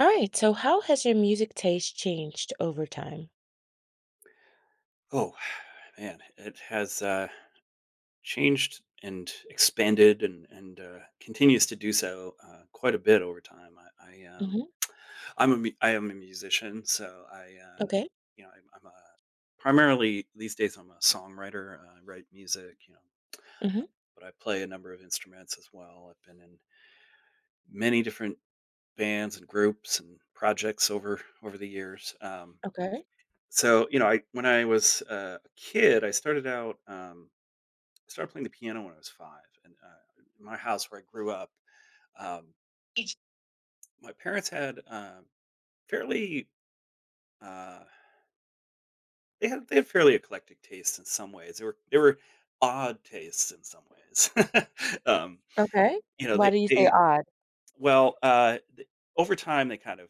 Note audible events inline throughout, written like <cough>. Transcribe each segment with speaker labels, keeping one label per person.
Speaker 1: All right. So, how has your music taste changed over time?
Speaker 2: Oh, <sighs> man, it has, changed and expanded and continues to do so, quite a bit over time. I I, um
Speaker 1: Hmm.
Speaker 2: I am a musician, so I,
Speaker 1: Okay.
Speaker 2: I'm a primarily these days, I'm a songwriter. I write music, you know,
Speaker 1: Hmm.
Speaker 2: but I play a number of instruments as well. I've been in many different bands and groups and projects over the years,
Speaker 1: Okay.
Speaker 2: so, you know, I when I was a kid, I started out. I started playing the piano when I was 5, and, in my house where I grew up, um,
Speaker 1: Each-
Speaker 2: my parents had, fairly, uh they had fairly eclectic tastes in some ways. They were odd tastes in some ways. <laughs> Um,
Speaker 1: Okay.
Speaker 2: you know,
Speaker 1: Why do you say
Speaker 2: they
Speaker 1: odd?
Speaker 2: well, th over time, they kind of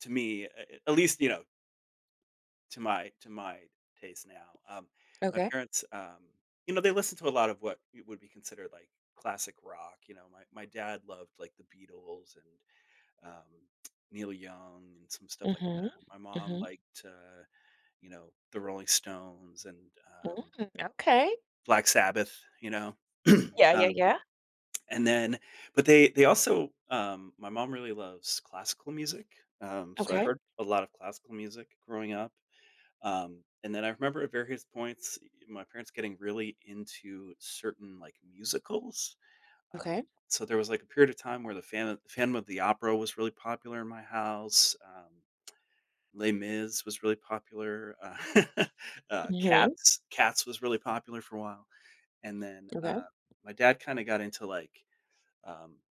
Speaker 2: to me, a at least, you know, to my taste now, my
Speaker 1: Okay.
Speaker 2: parents, you know, they listened to a lot of what would be considered, like, classic rock. You know, my dad loved, like, the Beatles and um, Neil Young and some stuff like that.
Speaker 1: Hmm.
Speaker 2: My mom
Speaker 1: Hmm.
Speaker 2: liked, you know, the Rolling Stones and,
Speaker 1: Mm, okay.
Speaker 2: Black Sabbath, you know? <clears throat>
Speaker 1: Yeah. Yeah.
Speaker 2: Um,
Speaker 1: Yeah.
Speaker 2: and then but they also, my mom really loves classical music, so I
Speaker 1: Okay.
Speaker 2: heard a lot of classical music growing up, and then I remember at various points, y my parents getting really into certain, like, musicals, um,
Speaker 1: Okay.
Speaker 2: so there was, like, a period of time where the Fan Phantom of the Opera was really popular in my house. Les Mis was really popular. <laughs>
Speaker 1: Hmm.
Speaker 2: Cats was really popular for a while, and then,
Speaker 1: Okay.
Speaker 2: my dad kinda got into, like, um,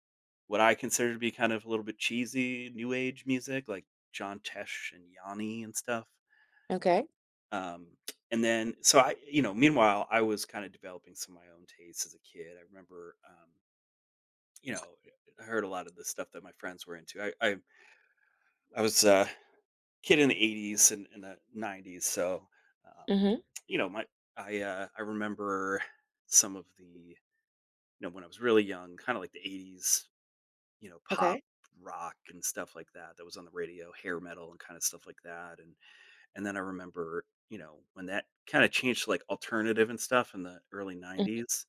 Speaker 2: what I consider to be kind of a little bit cheesy new age music, like John Tesh and Yanni and stuff,
Speaker 1: Okay.
Speaker 2: um, and then so I you know, meanwhile, I was kinda developing some of my own tastes as a kid. I remember, you know, I heard a lot of the stuff that my friends were into. I was, kid in the 80s and the 90s, so um,
Speaker 1: Hmm.
Speaker 2: you know, my I remember some of the when I was really young, kind of like the 80s, you know, pop
Speaker 1: Okay.
Speaker 2: rock and stuff like that that was on the radio, hair metal and kind of stuff like that. And then I remember, you know, when that kind of changed to like alternative and stuff in the early
Speaker 1: Hmm.
Speaker 2: 90s.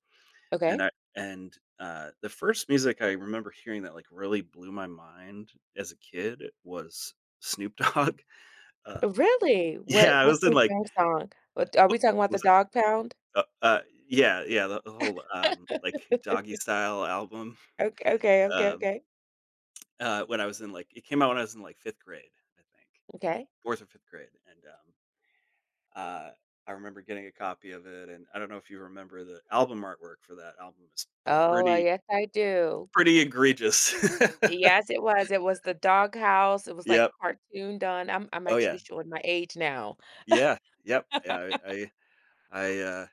Speaker 2: and
Speaker 1: Okay.
Speaker 2: i and uh the first music I remember hearing that like really blew my mind as a kid was Snoop Dogg. <laughs> um
Speaker 1: Really? What?
Speaker 2: yeah, I
Speaker 1: What's
Speaker 2: was in,
Speaker 1: the
Speaker 2: like,
Speaker 1: dog song? What, are
Speaker 2: what
Speaker 1: we talking about the
Speaker 2: was it?
Speaker 1: dog pound?
Speaker 2: Uh uh, yeah, yeah, the whole like, Doggy
Speaker 1: <laughs>
Speaker 2: Style album,
Speaker 1: Okay. Okay. Okay.
Speaker 2: um,
Speaker 1: Okay.
Speaker 2: when I was in, like — it came out when I was in, like, 5th grade, I think,
Speaker 1: Okay.
Speaker 2: 4th or 5th grade, and, uh, I remember getting a copy of it, and I don't know if you remember the album artwork for that album is
Speaker 1: Oh,
Speaker 2: pretty
Speaker 1: yes, I do.
Speaker 2: pretty egregious. <laughs>
Speaker 1: Yes, it was the doghouse, it was, like,
Speaker 2: Yep.
Speaker 1: cartoon done, I'm
Speaker 2: Oh, yeah.
Speaker 1: actually showing my age now.
Speaker 2: Yeah. Yep. Yeah, I, uh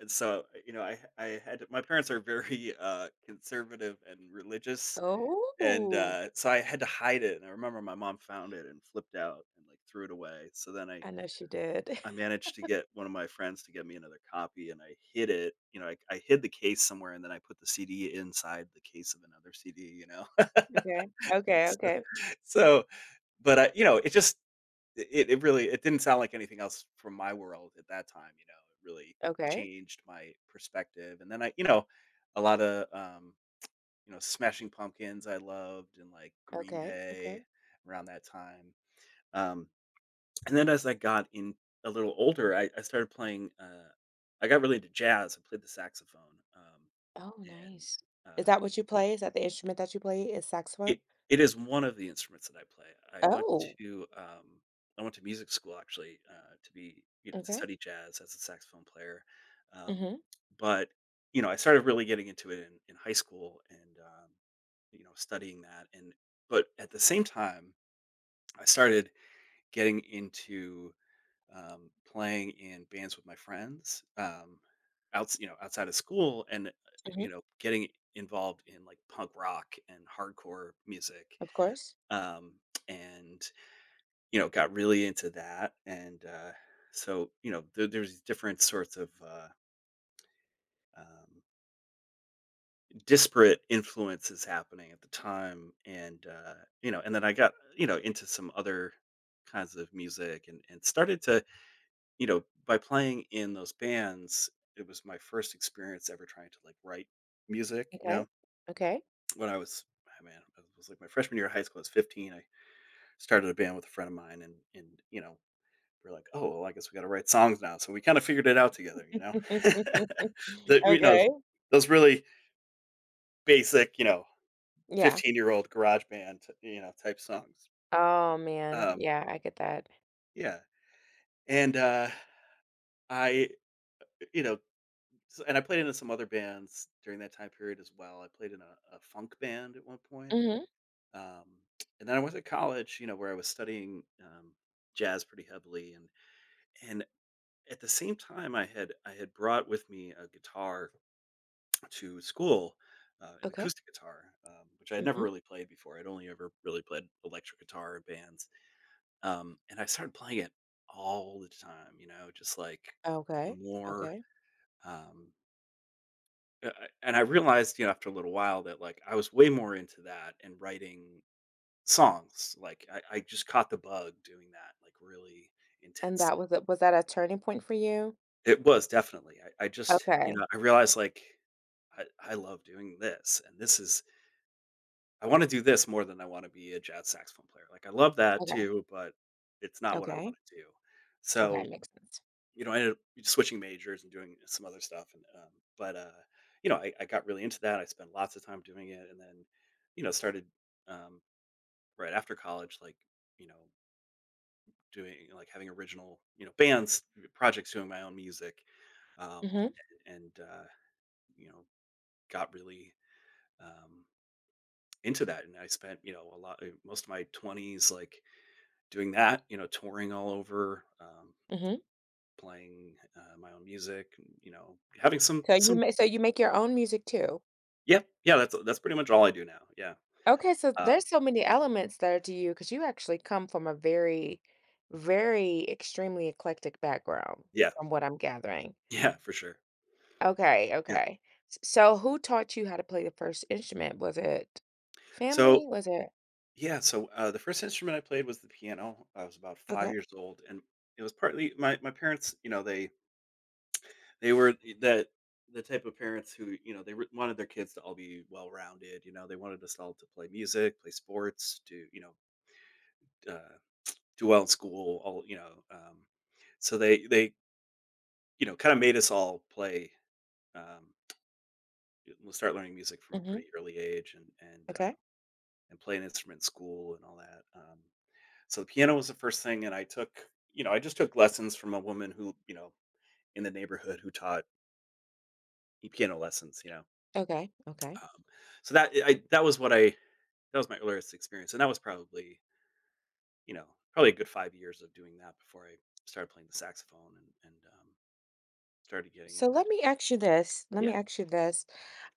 Speaker 2: and so, you know, I had my parents are very, conservative and religious. And,
Speaker 1: Oh.
Speaker 2: so I had to hide it, and I remember my mom found it and flipped out and, like, threw it away. So then
Speaker 1: I know she did.
Speaker 2: I
Speaker 1: <laughs>
Speaker 2: managed to get one of my friends to get me another copy, and I hid it, you know, I hid the case somewhere, and then I put the CD inside the case of another CD, you know? <laughs>
Speaker 1: Okay, okay,
Speaker 2: So
Speaker 1: okay,
Speaker 2: so, but I you know, it just it really — it didn't sound like anything else from my world at that time, you know? It really
Speaker 1: okay,
Speaker 2: changed my perspective, and then I you know, a lotta, um you know, Smashing Pumpkins I loved and, like, Green
Speaker 1: okay,
Speaker 2: Day
Speaker 1: okay.
Speaker 2: around that time. Um, and then as I got in a little older, I started playing, I got really into jazz. I played the saxophone,
Speaker 1: Oh,
Speaker 2: and,
Speaker 1: nice. Is
Speaker 2: uh
Speaker 1: that what you play? Is that the instrument that you play is
Speaker 2: it
Speaker 1: saxophone?
Speaker 2: it is one of the instruments that I play. I went
Speaker 1: Oh,
Speaker 2: to, um, I went to music school actually, to to
Speaker 1: okay.
Speaker 2: study jazz as a saxophone player, um,
Speaker 1: Mhm,
Speaker 2: but, you know, I started really getting into it in high school and, you know, studying that. And but at the same time, I started getting into, playing in bands with my friends, outs you know, outside of school and, you
Speaker 1: mhm,
Speaker 2: know, getting involved in, like, punk rock and hardcore music.
Speaker 1: of course.
Speaker 2: Um, and you know, got really into that. And So, you know, there's these different sorts of um, disparate influences happening at the time. And You know, and then I, got you know, into some other kinds of music, and started to, you know, by playing in those bands — it was my first experience ever trying to like write music, you
Speaker 1: Okay,
Speaker 2: know,
Speaker 1: okay.
Speaker 2: when I was — oh, man, it was like my freshman year of high school. I was 15. I started a band with a friend of mine, and, you know, we're like, "Oh, well, I guess we gotta write songs now." So we kinda figured it out together, you know? <laughs>
Speaker 1: <laughs>
Speaker 2: The You know,
Speaker 1: Okay,
Speaker 2: those really basic, you know,
Speaker 1: yeah.
Speaker 2: 15-year-old garage band, you know, type songs.
Speaker 1: Oh, man,
Speaker 2: Um,
Speaker 1: yeah, I get that.
Speaker 2: yeah, and, I you know, s and I played in some other bands during that time period as well. I played in a funk band at one point,
Speaker 1: Mhm,
Speaker 2: um, and then I went to college, you know, where I was studying, jazz pretty heavily. And At the same time, I had brought with me a guitar to school, an
Speaker 1: okay,
Speaker 2: acoustic guitar, which I had never
Speaker 1: mhm,
Speaker 2: really played before. I'd only ever really played electric guitar and bands. And I started playing it all the time, you know, just like
Speaker 1: okay,
Speaker 2: more.
Speaker 1: okay.
Speaker 2: Um, and I realized, you know, after a little while, that like I was way more into that and writing songs. Like, I just caught the bug doing that, like really
Speaker 1: And
Speaker 2: intensely.
Speaker 1: that was a was that a turning point for you?
Speaker 2: It was definitely. I just, you know,
Speaker 1: Okay.
Speaker 2: I realized like I love doing this, and this is I wanna do this more than I wanna be a jazz saxophone player. Like, I love that
Speaker 1: Okay.
Speaker 2: too, but it's not what I
Speaker 1: Okay.
Speaker 2: wanna do.
Speaker 1: Okay,
Speaker 2: So,
Speaker 1: makes sense.
Speaker 2: you know, I ended up switching majors and doing some other stuff and, but, you know, I got really into that. I spent lots of time doing it, and then, you know, started, um, right after college, like, you know, doing like, having original, you know, bands, projects, doing my own music, um,
Speaker 1: Mhm,
Speaker 2: and, uh, you know, got really, um, into that, and I spent, you know, a lot most of my 20s, like, doing that, you know, touring all over,
Speaker 1: mhm.
Speaker 2: playing, my own music, and, you know, having some
Speaker 1: So you make your own music too?
Speaker 2: yeah, yeah, that's pretty much all I do now, yeah.
Speaker 1: Okay, so
Speaker 2: Um,
Speaker 1: there's so many elements there to you because you actually come from a very, very extremely eclectic background
Speaker 2: yeah,
Speaker 1: from what I'm gathering.
Speaker 2: <laughs> yeah, for sure,
Speaker 1: Okay,
Speaker 2: yeah.
Speaker 1: okay. S So who taught you how to play the first instrument? Was it
Speaker 2: So,
Speaker 1: family? Was it—
Speaker 2: yeah, so, the first instrument I played was the piano. I was about 5
Speaker 1: Okay.
Speaker 2: years old, and it was partly my my parents, you know, they were the the type of parents who, you know, they re wanted their kids to all be well-rounded. You know, they wanted us all to play music, play sports, do, you know, uh do well in school, all, you know. So they, you know, kind of made us all play. Um, we'll start learning music from a
Speaker 1: Mhm.
Speaker 2: pretty early age,
Speaker 1: Okay.
Speaker 2: and play an instrument in school and all that. So the piano was the first thing, and I took, you know, I just took lessons from a woman who, you know, in the neighborhood who taught piano lessons. You know,
Speaker 1: Okay. Okay. Okay.
Speaker 2: um, so that was what I — that was my earliest experience, and that was probably, you know, probably a good 5 years of doing that before I started playing the saxophone and started getting
Speaker 1: So
Speaker 2: more
Speaker 1: let
Speaker 2: into —
Speaker 1: me ask you this. Let me
Speaker 2: yeah.
Speaker 1: ask you this.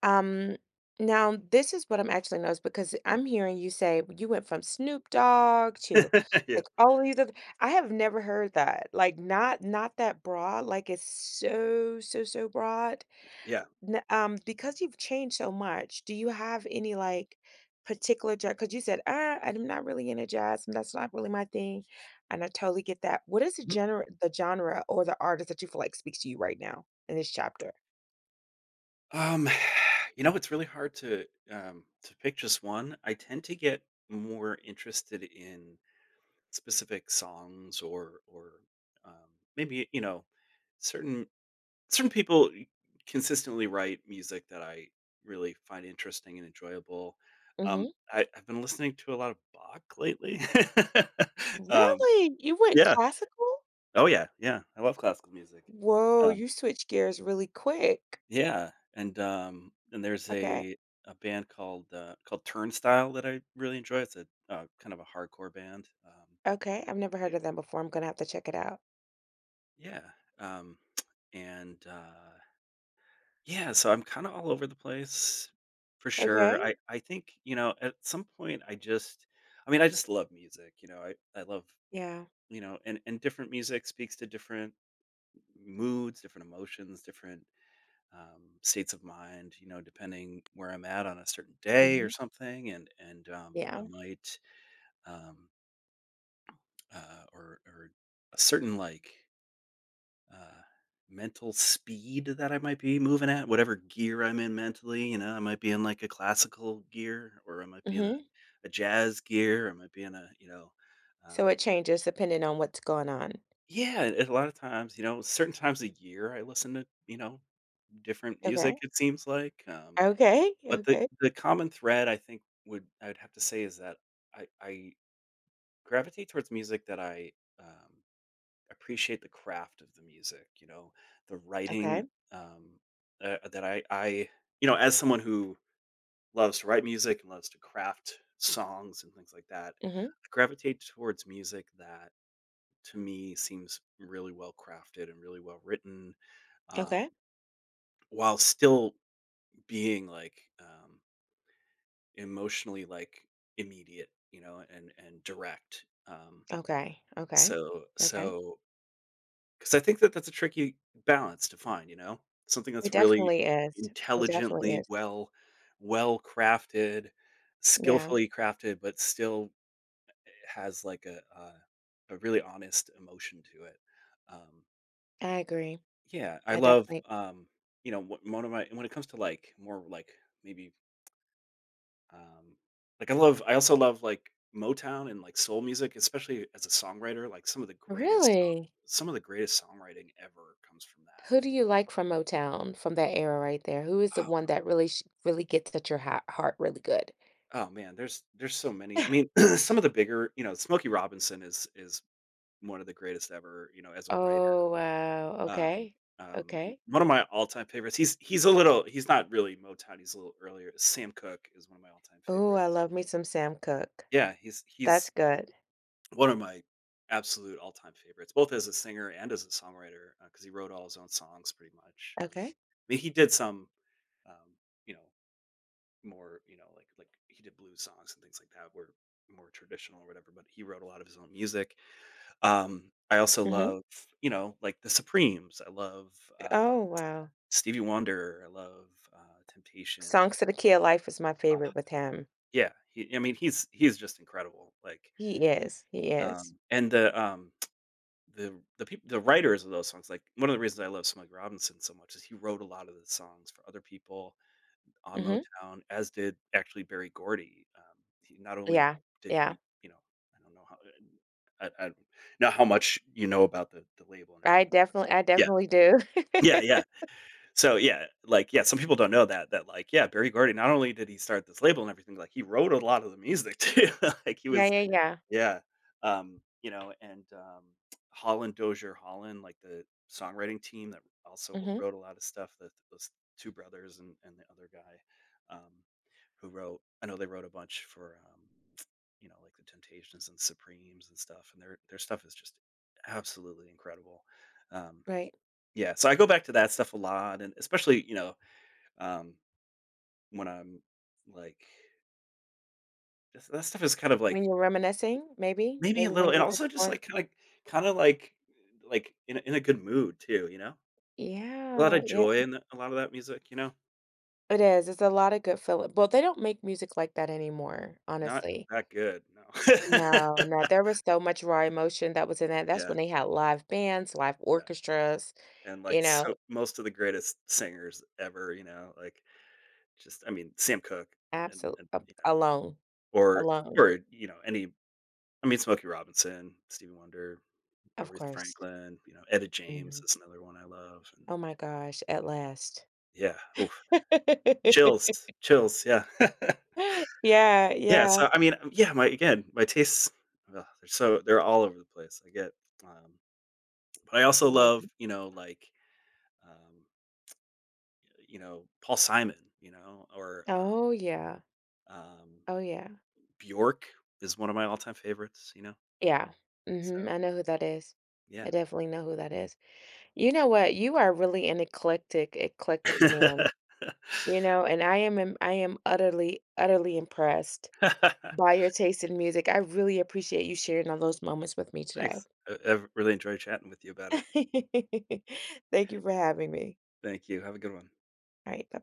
Speaker 1: Um, Now this is what I'm actually noticed because I'm hearing you say you went from Snoop Dogg to
Speaker 2: <laughs> Yeah,
Speaker 1: like all these other— I have never heard that. Like not that broad, like it's so, so, so broad.
Speaker 2: yeah.
Speaker 1: N Because you've changed so much, do you have any, like, particular jazz? Because you said, I'm not really into jazz, and that's not really my thing," and I totally get that. What is the
Speaker 2: Mhm.
Speaker 1: gener the genre or the artist that you feel like speaks to you right now in this chapter?
Speaker 2: Um, <sighs> you know, it's really hard to pick just one. I tend to get more interested in specific songs um, maybe, you know, certain — certain people consistently write music that I really find interesting and enjoyable. Um,
Speaker 1: Mhm.
Speaker 2: I've been listening to a lot of Bach lately. <laughs> Um,
Speaker 1: Really? You went
Speaker 2: yeah.
Speaker 1: classical?
Speaker 2: Oh, yeah, yeah, I love classical music.
Speaker 1: Whoa,
Speaker 2: Um
Speaker 1: you switched gears really quick.
Speaker 2: Yeah, and there's
Speaker 1: Okay,
Speaker 2: a band called, called Turnstile that I really enjoy. It's a, kind of a hardcore band,
Speaker 1: okay,
Speaker 2: they
Speaker 1: I've never
Speaker 2: they
Speaker 1: heard of them before, I'm gonna have to check it out.
Speaker 2: yeah, um, and, uh, yeah, so I'm kinda all over the place for sure.
Speaker 1: Okay,
Speaker 2: I think, you know, at some point, I just. I mean, I just love music, you know, I love
Speaker 1: yeah.
Speaker 2: you know, and different music speaks to different moods, different emotions, different states of mind, you know, depending where I'm at on a certain day or
Speaker 1: Mhm.
Speaker 2: something, and I
Speaker 1: Yeah.
Speaker 2: might um, or a certain like uh, mental speed that I might be moving at, whatever gear I'm in mentally, you know, I might be in like a classical gear, or I might be in
Speaker 1: Mhm.
Speaker 2: a jazz gear, or I might be in a
Speaker 1: So
Speaker 2: um,
Speaker 1: it changes depending on what's going on.
Speaker 2: yeah, a lot of times, you know, certain times a year I listen to you know different
Speaker 1: Okay.
Speaker 2: music. It seems like.
Speaker 1: Okay.
Speaker 2: But the
Speaker 1: Okay.
Speaker 2: the common thread I think would I would have to say is that I gravitate towards music that I, um, appreciate the craft of the music, you know, the
Speaker 1: Okay.
Speaker 2: writing, um, that I you know, as someone who loves to write music and loves to craft songs and things like that,
Speaker 1: Mhm.
Speaker 2: I gravitate towards music that to me seems really well crafted and really well written, um,
Speaker 1: Okay.
Speaker 2: while still being like, emotionally, like, immediate, you know, and direct, um,
Speaker 1: Okay. Okay.
Speaker 2: so
Speaker 1: Okay.
Speaker 2: so because I think that that's a tricky balance to find, you know? Something that's
Speaker 1: It
Speaker 2: really
Speaker 1: definitely is. It definitely
Speaker 2: intelligently
Speaker 1: is.
Speaker 2: well crafted,
Speaker 1: Yeah.
Speaker 2: skillfully crafted, but still has, like, a really honest emotion to it, um,
Speaker 1: I agree.
Speaker 2: yeah, I
Speaker 1: I
Speaker 2: love,
Speaker 1: definitely—
Speaker 2: you know, wh one of my when it comes to, like, more, like, maybe Um, like I also love, like, Motown and, like, soul music, especially as a songwriter, like,
Speaker 1: Really?
Speaker 2: some of the greatest songwriting ever comes from
Speaker 1: Who do
Speaker 2: that.
Speaker 1: you like from Motown from that era right there? Who is the one that really sh really gets at your ha heart really good?
Speaker 2: Oh, man, there's so many. I mean,
Speaker 1: <laughs>
Speaker 2: <clears throat> some of the bigger you know, Smokey Robinson is one of the greatest ever, you know, as a writer.
Speaker 1: Oh, wow.
Speaker 2: Um,
Speaker 1: Okay.
Speaker 2: m
Speaker 1: Okay.
Speaker 2: One of my all-time favorites he's a little he's not really Motown, he's a little earlier. Sam Cooke is one of my all-time
Speaker 1: Ooh, I
Speaker 2: favorites.
Speaker 1: love me some Sam Cooke.
Speaker 2: Yeah, he's
Speaker 1: That's
Speaker 2: he's
Speaker 1: good.
Speaker 2: one of my absolute all-time favorites, both as a singer and as a songwriter, because he wrote all his own songs pretty much.
Speaker 1: Okay.
Speaker 2: I mean, he did some, um, you know, more, you know, like he did blues songs and things like that were more traditional or whatever, but he wrote a lot of his own music. I also
Speaker 1: Mhm.
Speaker 2: love, you know, like The Supremes. I love,
Speaker 1: Oh, wow.
Speaker 2: Stevie Wonder. I love, Temptations. Oh,
Speaker 1: Songs to the Key of Life is my favorite with him.
Speaker 2: yeah, he I mean, he's just incredible, like,
Speaker 1: He is, he is.
Speaker 2: um, and the, um the people the writers of those songs, like, one of the reasons I love Smug Robinson so much is he wrote a lot of the songs for other people on
Speaker 1: Mhm.
Speaker 2: Motown, as did actually Barry Gordy. He not only
Speaker 1: Yeah,
Speaker 2: did
Speaker 1: yeah.
Speaker 2: he, you know, I don't know how I don't know how much you know about the label and everything.
Speaker 1: I
Speaker 2: Yeah.
Speaker 1: definitely do. <laughs>
Speaker 2: Yeah, yeah. So, yeah, like, yeah, some people don't know that that, like, yeah, Barry Gordy, not only did he start this label and everything, like, he wrote a lot of the music <laughs> too. Like, he
Speaker 1: Yeah,
Speaker 2: was
Speaker 1: yeah, yeah.
Speaker 2: yeah, you know, and Holland Dozier Holland, like, the songwriting team that also w
Speaker 1: Mhm,
Speaker 2: wrote a lot of stuff, the those 2 brothers and the other guy, um, who wrote I know they wrote a bunch for, you know, like, The Temptations and Supremes and stuff, and their stuff is just absolutely incredible, um,
Speaker 1: right.
Speaker 2: yeah, so I go back to that stuff a lot, and especially, you know, um, when I'm, like, that stuff is kind of,
Speaker 1: When
Speaker 2: like,
Speaker 1: you're reminiscing, maybe?
Speaker 2: maybe a
Speaker 1: Maybe
Speaker 2: little
Speaker 1: when
Speaker 2: and
Speaker 1: you're just
Speaker 2: also just,
Speaker 1: on—
Speaker 2: like, kinda like, in a good mood too, you know? A lot
Speaker 1: Yeah,
Speaker 2: of
Speaker 1: yeah.
Speaker 2: joy in the, a lot of that music, you know?
Speaker 1: It is, it's a lot of good feel— well, they don't make music like that anymore,
Speaker 2: Not
Speaker 1: honestly.
Speaker 2: that good, no.
Speaker 1: No,
Speaker 2: <laughs>
Speaker 1: no, there was so much raw emotion that was in that. That's
Speaker 2: Yeah,
Speaker 1: when they had live bands, live
Speaker 2: yeah,
Speaker 1: orchestras,
Speaker 2: and, like,
Speaker 1: you
Speaker 2: so
Speaker 1: know?
Speaker 2: most of the greatest singers ever, you know, like, just I mean, Sam Cooke and
Speaker 1: Absol
Speaker 2: and, you know,
Speaker 1: Alone,
Speaker 2: or
Speaker 1: Alone,
Speaker 2: or, you know, any I mean, Smokey Robinson, Stevie Wonder,
Speaker 1: of
Speaker 2: Aretha
Speaker 1: course.
Speaker 2: Franklin, you know, Etta James
Speaker 1: Mhm.
Speaker 2: is another one I love, and
Speaker 1: Oh my gosh, at last.
Speaker 2: yeah, oof, chills,
Speaker 1: <laughs>
Speaker 2: chills, yeah. <laughs>
Speaker 1: Yeah,
Speaker 2: Yeah,
Speaker 1: yeah.
Speaker 2: so, I mean, yeah, my again, my tastes, ugh, they're so they're all over the place, I get, um, but I also
Speaker 1: I love
Speaker 2: love,
Speaker 1: it.
Speaker 2: you know, like, um, you know, Paul Simon, you know, or,
Speaker 1: Oh, yeah.
Speaker 2: um,
Speaker 1: Oh, yeah.
Speaker 2: Bjork is one of my all-time favorites, you know?
Speaker 1: Yeah.
Speaker 2: So,
Speaker 1: Mhm, I know who that is.
Speaker 2: yeah.
Speaker 1: I definitely know who that is. You know what? You are really an eclectic man,
Speaker 2: <laughs>
Speaker 1: you know, and I am im I am utterly, utterly impressed by your taste in music. I really appreciate you sharing all those moments with me today.
Speaker 2: Thanks. I've really enjoyed chatting with you about it.
Speaker 1: <laughs> Thank you for having me.
Speaker 2: Thank you, have a good one.
Speaker 1: Alright, bye-bye.